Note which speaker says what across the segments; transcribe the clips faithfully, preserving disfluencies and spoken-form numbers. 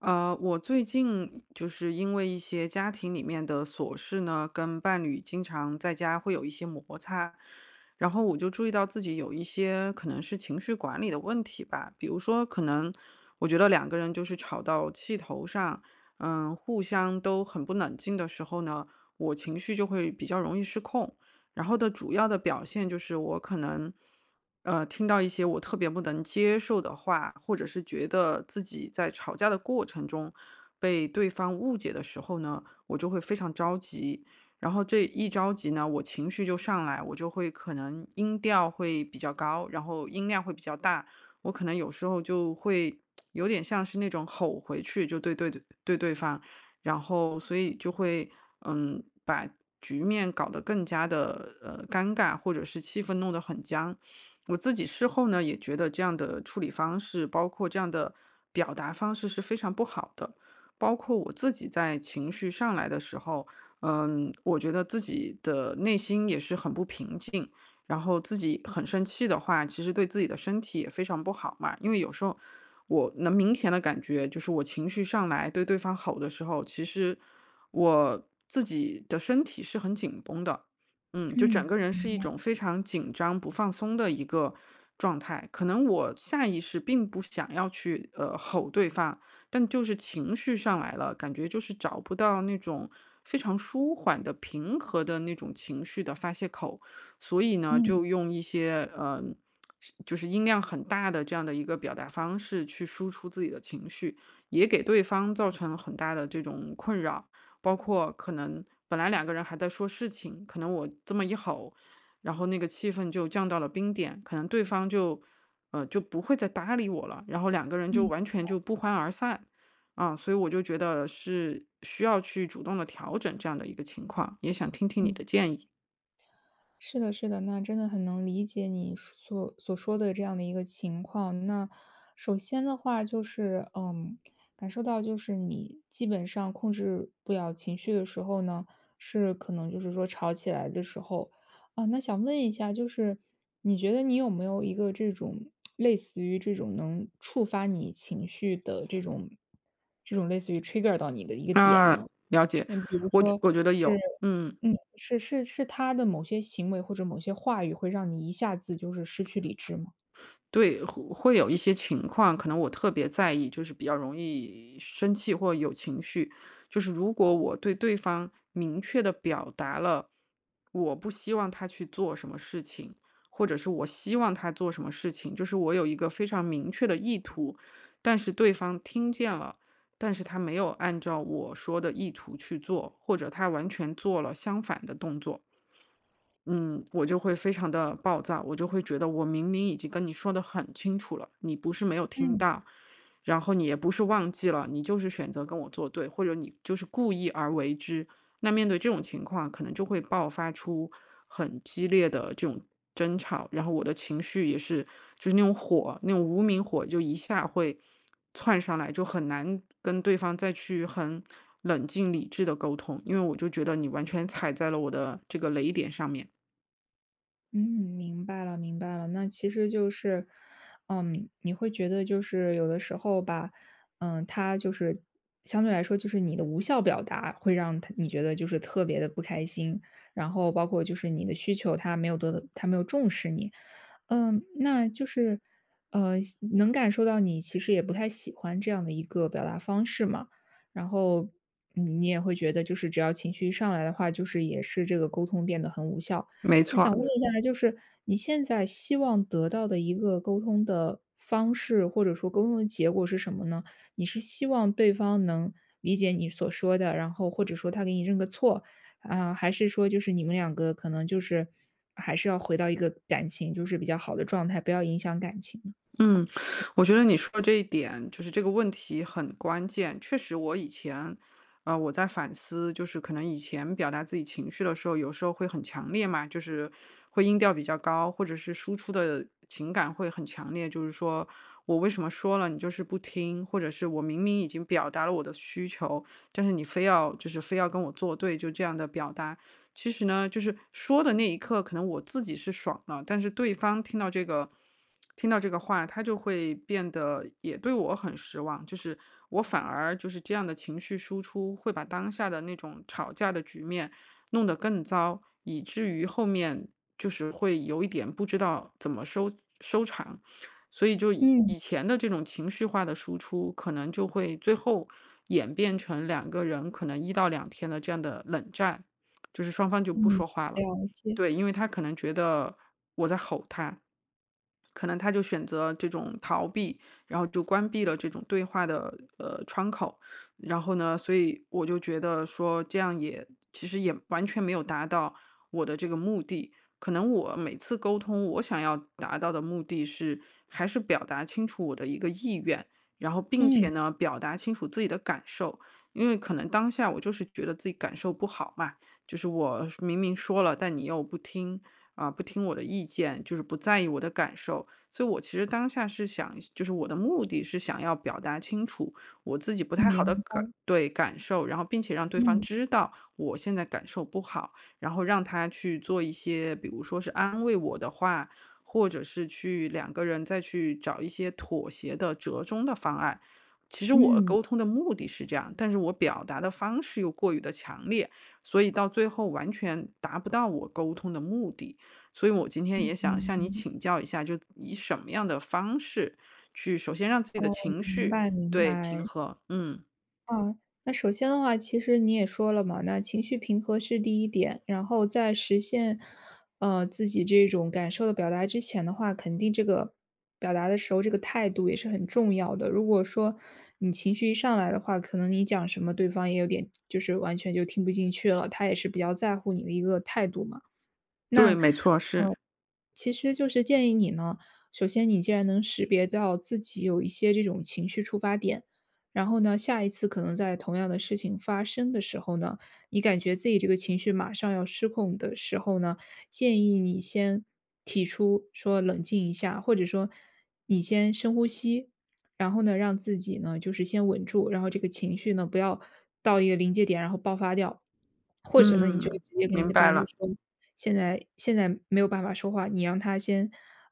Speaker 1: 呃，我最近就是因为一些家庭里面的琐事呢，跟伴侣经常在家会有一些摩擦，然后我就注意到自己有一些可能是情绪管理的问题吧。比如说可能我觉得两个人就是吵到气头上，嗯，互相都很不冷静的时候呢，我情绪就会比较容易失控。然后的主要的表现就是我可能。呃，听到一些我特别不能接受的话，或者是觉得自己在吵架的过程中被对方误解的时候呢，我就会非常着急。然后这一着急呢，我情绪就上来，我就会可能音调会比较高，然后音量会比较大，我可能有时候就会有点像是那种吼回去，就对对对对方。然后所以就会嗯把局面搞得更加的呃尴尬，或者是气氛弄得很僵。我自己事后呢，也觉得这样的处理方式，包括这样的表达方式是非常不好的。包括我自己在情绪上来的时候，嗯，我觉得自己的内心也是很不平静，然后自己很生气的话，其实对自己的身体也非常不好嘛。因为有时候我能明显的感觉，就是我情绪上来对对方吼的时候，其实我自己的身体是很紧绷的。嗯，就整
Speaker 2: 嗯。
Speaker 1: 个人
Speaker 2: 明
Speaker 1: 是一
Speaker 2: 白，
Speaker 1: 种非常紧张、不放松的一个状态。可能我下意识并不想要去呃吼对方，但就是情绪上来了，感觉就是找不到那种非常舒缓的、平和的那种情绪的发泄口。所以呢，
Speaker 2: 嗯，
Speaker 1: 就用一些呃，是就是音量很大的这样的一个表达方式去输出自己的情绪，也给对方造成了很大的这种困扰。包括可能本来两个人还在说事情，可能我这么一吼，然后那个气氛就降到了冰点。可能对方就，呃，就不会再搭理我了，然后两个人就
Speaker 2: 嗯，
Speaker 1: 完全就不欢而散。啊，所以我就觉得是需要去主动的调整这样的一个情况，也想听听你的
Speaker 2: 嗯。
Speaker 1: 建议。
Speaker 2: 是的是的，那真的很能理解你所所说的这样的一个情况。那首先的话就是，嗯，感受到就是你基本上控制不了情绪的时候呢，是可能就是说吵起来的时候。啊，那想问一下，就是你觉得你有没有一个这种类似于这种能触发你情绪的这种这种类似于 trigger 到你的一个点呢？
Speaker 1: 啊，了解。
Speaker 2: 嗯，比如
Speaker 1: 我
Speaker 2: 说
Speaker 1: 我觉得
Speaker 2: 是
Speaker 1: 有，嗯。
Speaker 2: 嗯，是是是他的某些行为或者某些话语会让你一下子就是失去理智吗？
Speaker 1: 对，会会有一些情况，可能我特别在意，就是比较容易生气或有情绪。就是如果我对对方明确的表达了，我不希望他去做什么事情，或者是我希望他做什么事情，就是我有一个非常明确的意图，但是对方听见了，但是他没有按照我说的意图去做，或者他完全做了相反的动作。嗯，我就会非常的暴躁，我就会觉得我明明已经跟你说的很清楚了，你不是没有听
Speaker 2: 嗯。
Speaker 1: 到，然后你也不是忘记了，你就是选择跟我作对，或者你就是故意而为之。那面对这种情况，可能就会爆发出很激烈的这种争吵，然后我的情绪也是就是那种火，那种无名火就一下会窜上来，就很难跟对方再去很冷静理智的沟通，因为我就觉得你完全踩在了我的这个雷点上面。
Speaker 2: 嗯，明白了明白了。那其实就是，嗯，你会觉得就是有的时候吧，嗯，他就是相对来说就是你的无效表达会让他你觉得就是特别的不开心，然后包括就是你的需求他没有得到他没有重视你。嗯，那就是，呃，能感受到你其实也不太喜欢这样的一个表达方式嘛。然后你你也会觉得，就是只要情绪一上来的话，就是也是这个沟通变得很无效。
Speaker 1: 没
Speaker 2: 那
Speaker 1: 错
Speaker 2: 想
Speaker 1: 儿。
Speaker 2: 问嗯一下，就是你现在希望得到的一个沟通的方式，或者说沟通的结果是什么呢？你是希望对方能理解你所说的，然后或者说他给你认个错，啊，还是说就是你们两个可能就是还是要回到一个感情就是比较好的状态，不要影响感情呢？
Speaker 1: 嗯，我觉得你说的这一点，就是这个问题很关键。确实，我以前，呃，我在反思，就是可能以前表达自己情绪的时候，有时候会很强烈嘛，就是会音调比较高，或者是输出的情感会很强烈，就是说我为什么说了你就是不听，或者是我明明已经表达了我的需求，但是你非要就是非要跟我作对，就这样的表达。其实呢，就是说的那一刻，可能我自己是爽了，但是对方听到这个听到这个话，他就会变得也对我很失望。就是我反而就是这样的情绪输出，会把当下的那种吵架的局面弄得更糟，以至于后面就是会有一点不知道怎么收收场。所以就以
Speaker 2: 嗯
Speaker 1: 以前的这种情绪化的输出，可能就会最后演变成两个人可能一到两天的这样的冷战。就是双方就不
Speaker 2: 嗯，
Speaker 1: 说话了。
Speaker 2: 了解，
Speaker 1: 对，因为他可能觉得我在吼他，可能他就选择这种逃避，然后就关闭了这种对话的呃窗口。然后呢，所以我就觉得说这样也其实也完全没有达到我的这个目的。可能我每次沟通，我想要达到的目的是还是表达清楚我的一个意愿，然后并且
Speaker 2: 嗯，
Speaker 1: 呢表达清楚自己的感受，因为可能当下我就是觉得自己感受不好嘛，就是我明明说了，但你又不听啊、不听我的意见，就是不在意我的感受。所以我其实当下是想，就是我的目的是想要表达清楚我自己不太好的
Speaker 2: 明
Speaker 1: 感
Speaker 2: 白，
Speaker 1: 对感受，然后并且让对方
Speaker 2: 嗯
Speaker 1: 知道我现在感受不好，然后让他去做一些，比如说是安慰我的话。或者是去两个人再去找一些妥协的折中的方案，其实我
Speaker 2: 嗯，
Speaker 1: 沟通的目的是这样，但是我表达的方式又过于的强烈，所以到最后完全达不到我沟通的目的。所以我今天也想向你请教一下，就以什么样的方式去首先让自己的
Speaker 2: 哦，
Speaker 1: 情
Speaker 2: 明
Speaker 1: 绪，
Speaker 2: 白明
Speaker 1: 对，平
Speaker 2: 白。
Speaker 1: 和。嗯，
Speaker 2: 啊，那首先的话，其实你也说了嘛，那情绪平和是第一点，然后在实现，呃，自己这种感受的表达之前的话，肯定这个表达的时候，这个态度也是很重要的。如果说你情绪一上来的话，可能你讲什么，对方也有点就是完全就听不进去了，他也是比较在乎你的一个态度嘛。那，
Speaker 1: 对，没错，是，
Speaker 2: 呃，其实就是建议你呢，首先你既然能识别到自己有一些这种情绪触发点，然后呢，下一次可能在同样的事情发生的时候呢，你感觉自己这个情绪马上要失控的时候呢，建议你先提出说冷静一下，或者说你先深呼吸，然后呢，让自己呢，就是先稳住，然后这个情绪呢，不要到一个临界点，然后爆发掉。或者呢，你就
Speaker 1: 嗯，
Speaker 2: 直接跟你
Speaker 1: 明
Speaker 2: 的
Speaker 1: 白
Speaker 2: 伴侣
Speaker 1: 了。
Speaker 2: 说，现在现在没有办法说话，你让他先，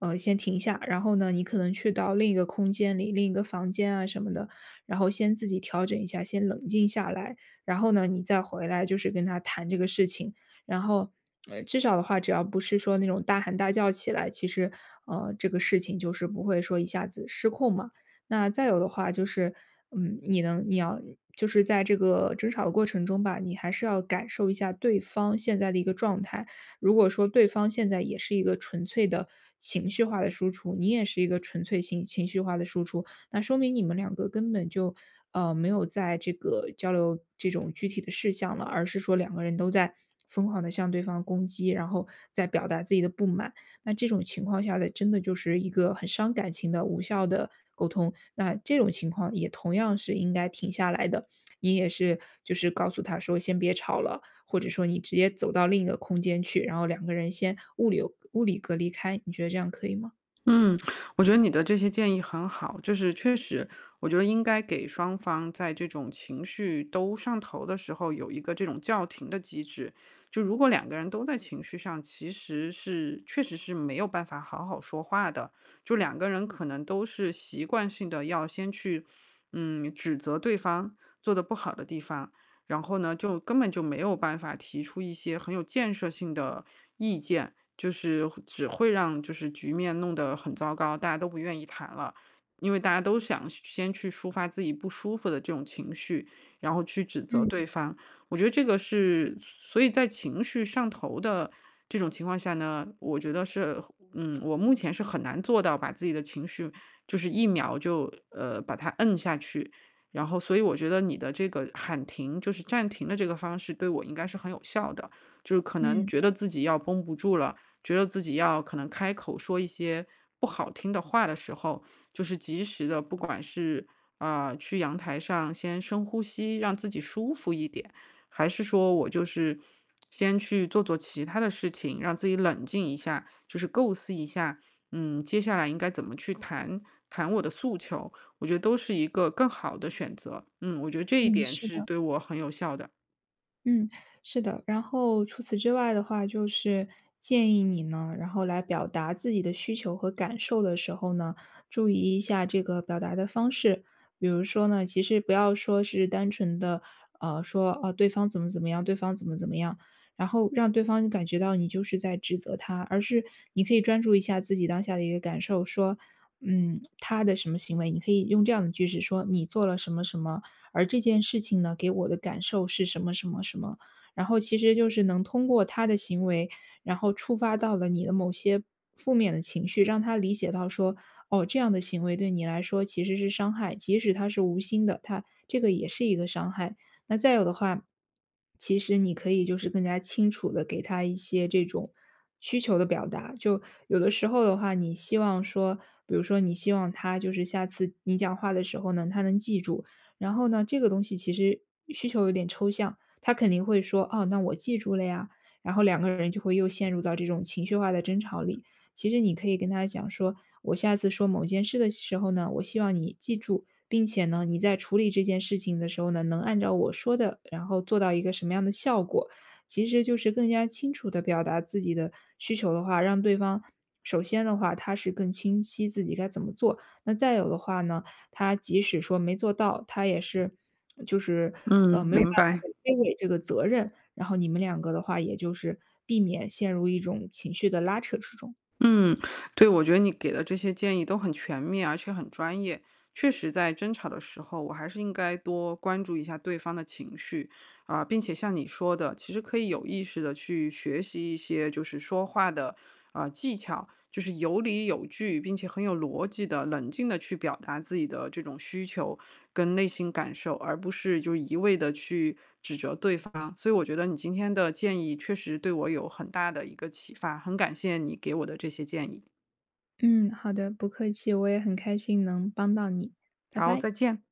Speaker 2: 呃，先停下，然后呢，你可能去到另一个空间里，另一个房间啊什么的，然后先自己调整一下，先冷静下来，然后呢，你再回来就是跟他谈这个事情，然后。呃，至少的话，只要不是说那种大喊大叫起来，其实，呃，这个事情就是不会说一下子失控嘛。那再有的话就是，嗯，你能你要就是在这个争吵的过程中吧，你还是要感受一下对方现在的一个状态。如果说对方现在也是一个纯粹的情绪化的输出，你也是一个纯粹情情绪化的输出，那说明你们两个根本就呃没有在这个交流这种具体的事项了，而是说两个人都在疯狂的向对方攻击，然后在表达自己的不满。那这种情况下的，真的就是一个很伤感情的无效的沟通。那这种情况也同样是应该停下来的，你也是就是告诉他说先别吵了，或者说你直接走到另一个空间去，然后两个人先物流物理隔离开，你觉得这样可以吗？
Speaker 1: 嗯，我觉得你的这些建议很好，就是确实，我觉得应该给双方在这种情绪都上头的时候有一个这种叫停的机制。就如果两个人都在情绪上，其实是确实是没有办法好好说话的。就两个人可能都是习惯性的要先去，嗯，指责对方做的不好的地方，然后呢，就根本就没有办法提出一些很有建设性的意见。就是只会让就是局面弄得很糟糕，大家都不愿意谈了。因为大家都想先去抒发自己不舒服的这种情绪，然后去指责
Speaker 2: 嗯
Speaker 1: 对方。我觉得这个是，所以在情绪上头的这种情况下呢，我觉得是，嗯，我目前是很难做到把自己的情绪就是一秒就呃把它摁下去。然后，所以我觉得你的这个喊停，就是暂停的这个方式，对我应该是很有效的。就是可能
Speaker 2: 嗯
Speaker 1: 觉得自己要绷不住了，觉得自己要可能开口说一些不好听的话的时候，就是及时的，不管是啊、呃去阳台上先深呼吸，让自己舒服一点，还是说我就是先去做做其他的事情，让自己冷静一下，就是构思一下，嗯，接下来应该怎么去谈谈我的诉求，我觉得都是一个更好的选择。嗯，我觉得这一
Speaker 2: 嗯，
Speaker 1: 点
Speaker 2: 是。
Speaker 1: 是对我很有效的。
Speaker 2: 嗯，是的。然后除此之外的话，就是建议你呢，然后来表达自己的需求和感受的时候呢，注意一下这个表达的方式。比如说呢，其实不要说是单纯的，呃，说啊、对方怎么怎么样，对方怎么怎么样，然后让对方感觉到你就是在指责他，而是你可以专注一下自己当下的一个感受，说，嗯，他的什么行为，你可以用这样的句式说，你做了什么什么，而这件事情呢，给我的感受是什么什么什么。然后其实就是能通过他的行为，然后触发到了你的某些负面的情绪，让他理解到说，哦，这样的行为对你来说其实是伤害，即使他是无心的，他这个也是一个伤害。那再有的话，其实你可以就是更加清楚的给他一些这种需求的表达。就有的时候的话，你希望说，比如说你希望他就是下次你讲话的时候呢，他能记住，然后呢，这个东西其实需求有点抽象，他肯定会说：“哦，那我记住了呀。”然后两个人就会又陷入到这种情绪化的争吵里。其实你可以跟他讲说：“我下次说某件事的时候呢，我希望你记住，并且呢，你在处理这件事情的时候呢，能按照我说的，然后做到一个什么样的效果。”其实就是更加清楚地表达自己的需求的话，让对方首先的话，他是更清晰自己该怎么做。那再有的话呢，他即使说没做到，他也是就是，呃，
Speaker 1: 嗯，
Speaker 2: 没有办
Speaker 1: 明
Speaker 2: 法
Speaker 1: 白。
Speaker 2: 再推诿这个责任，然后你们两个的话，也就是避免陷入一种情绪的拉扯之中。
Speaker 1: 嗯，对，我觉得你给的这些建议都很全面，而且很专业。确实，在争吵的时候，我还是应该多关注一下对方的情绪，啊，并且像你说的，其实可以有意识的去学习一些就是说话的，啊，技巧，就是有理有据，并且很有逻辑的、冷静的去表达自己的这种需求跟内心感受，而不是就一味的去指责对方。所以我觉得你今天的建议确实对我有很大的一个启发，很感谢你给我的这些建议。
Speaker 2: 嗯，好的，不客气，我也很开心能帮到你，拜
Speaker 1: 好，
Speaker 2: 拜。
Speaker 1: 再见。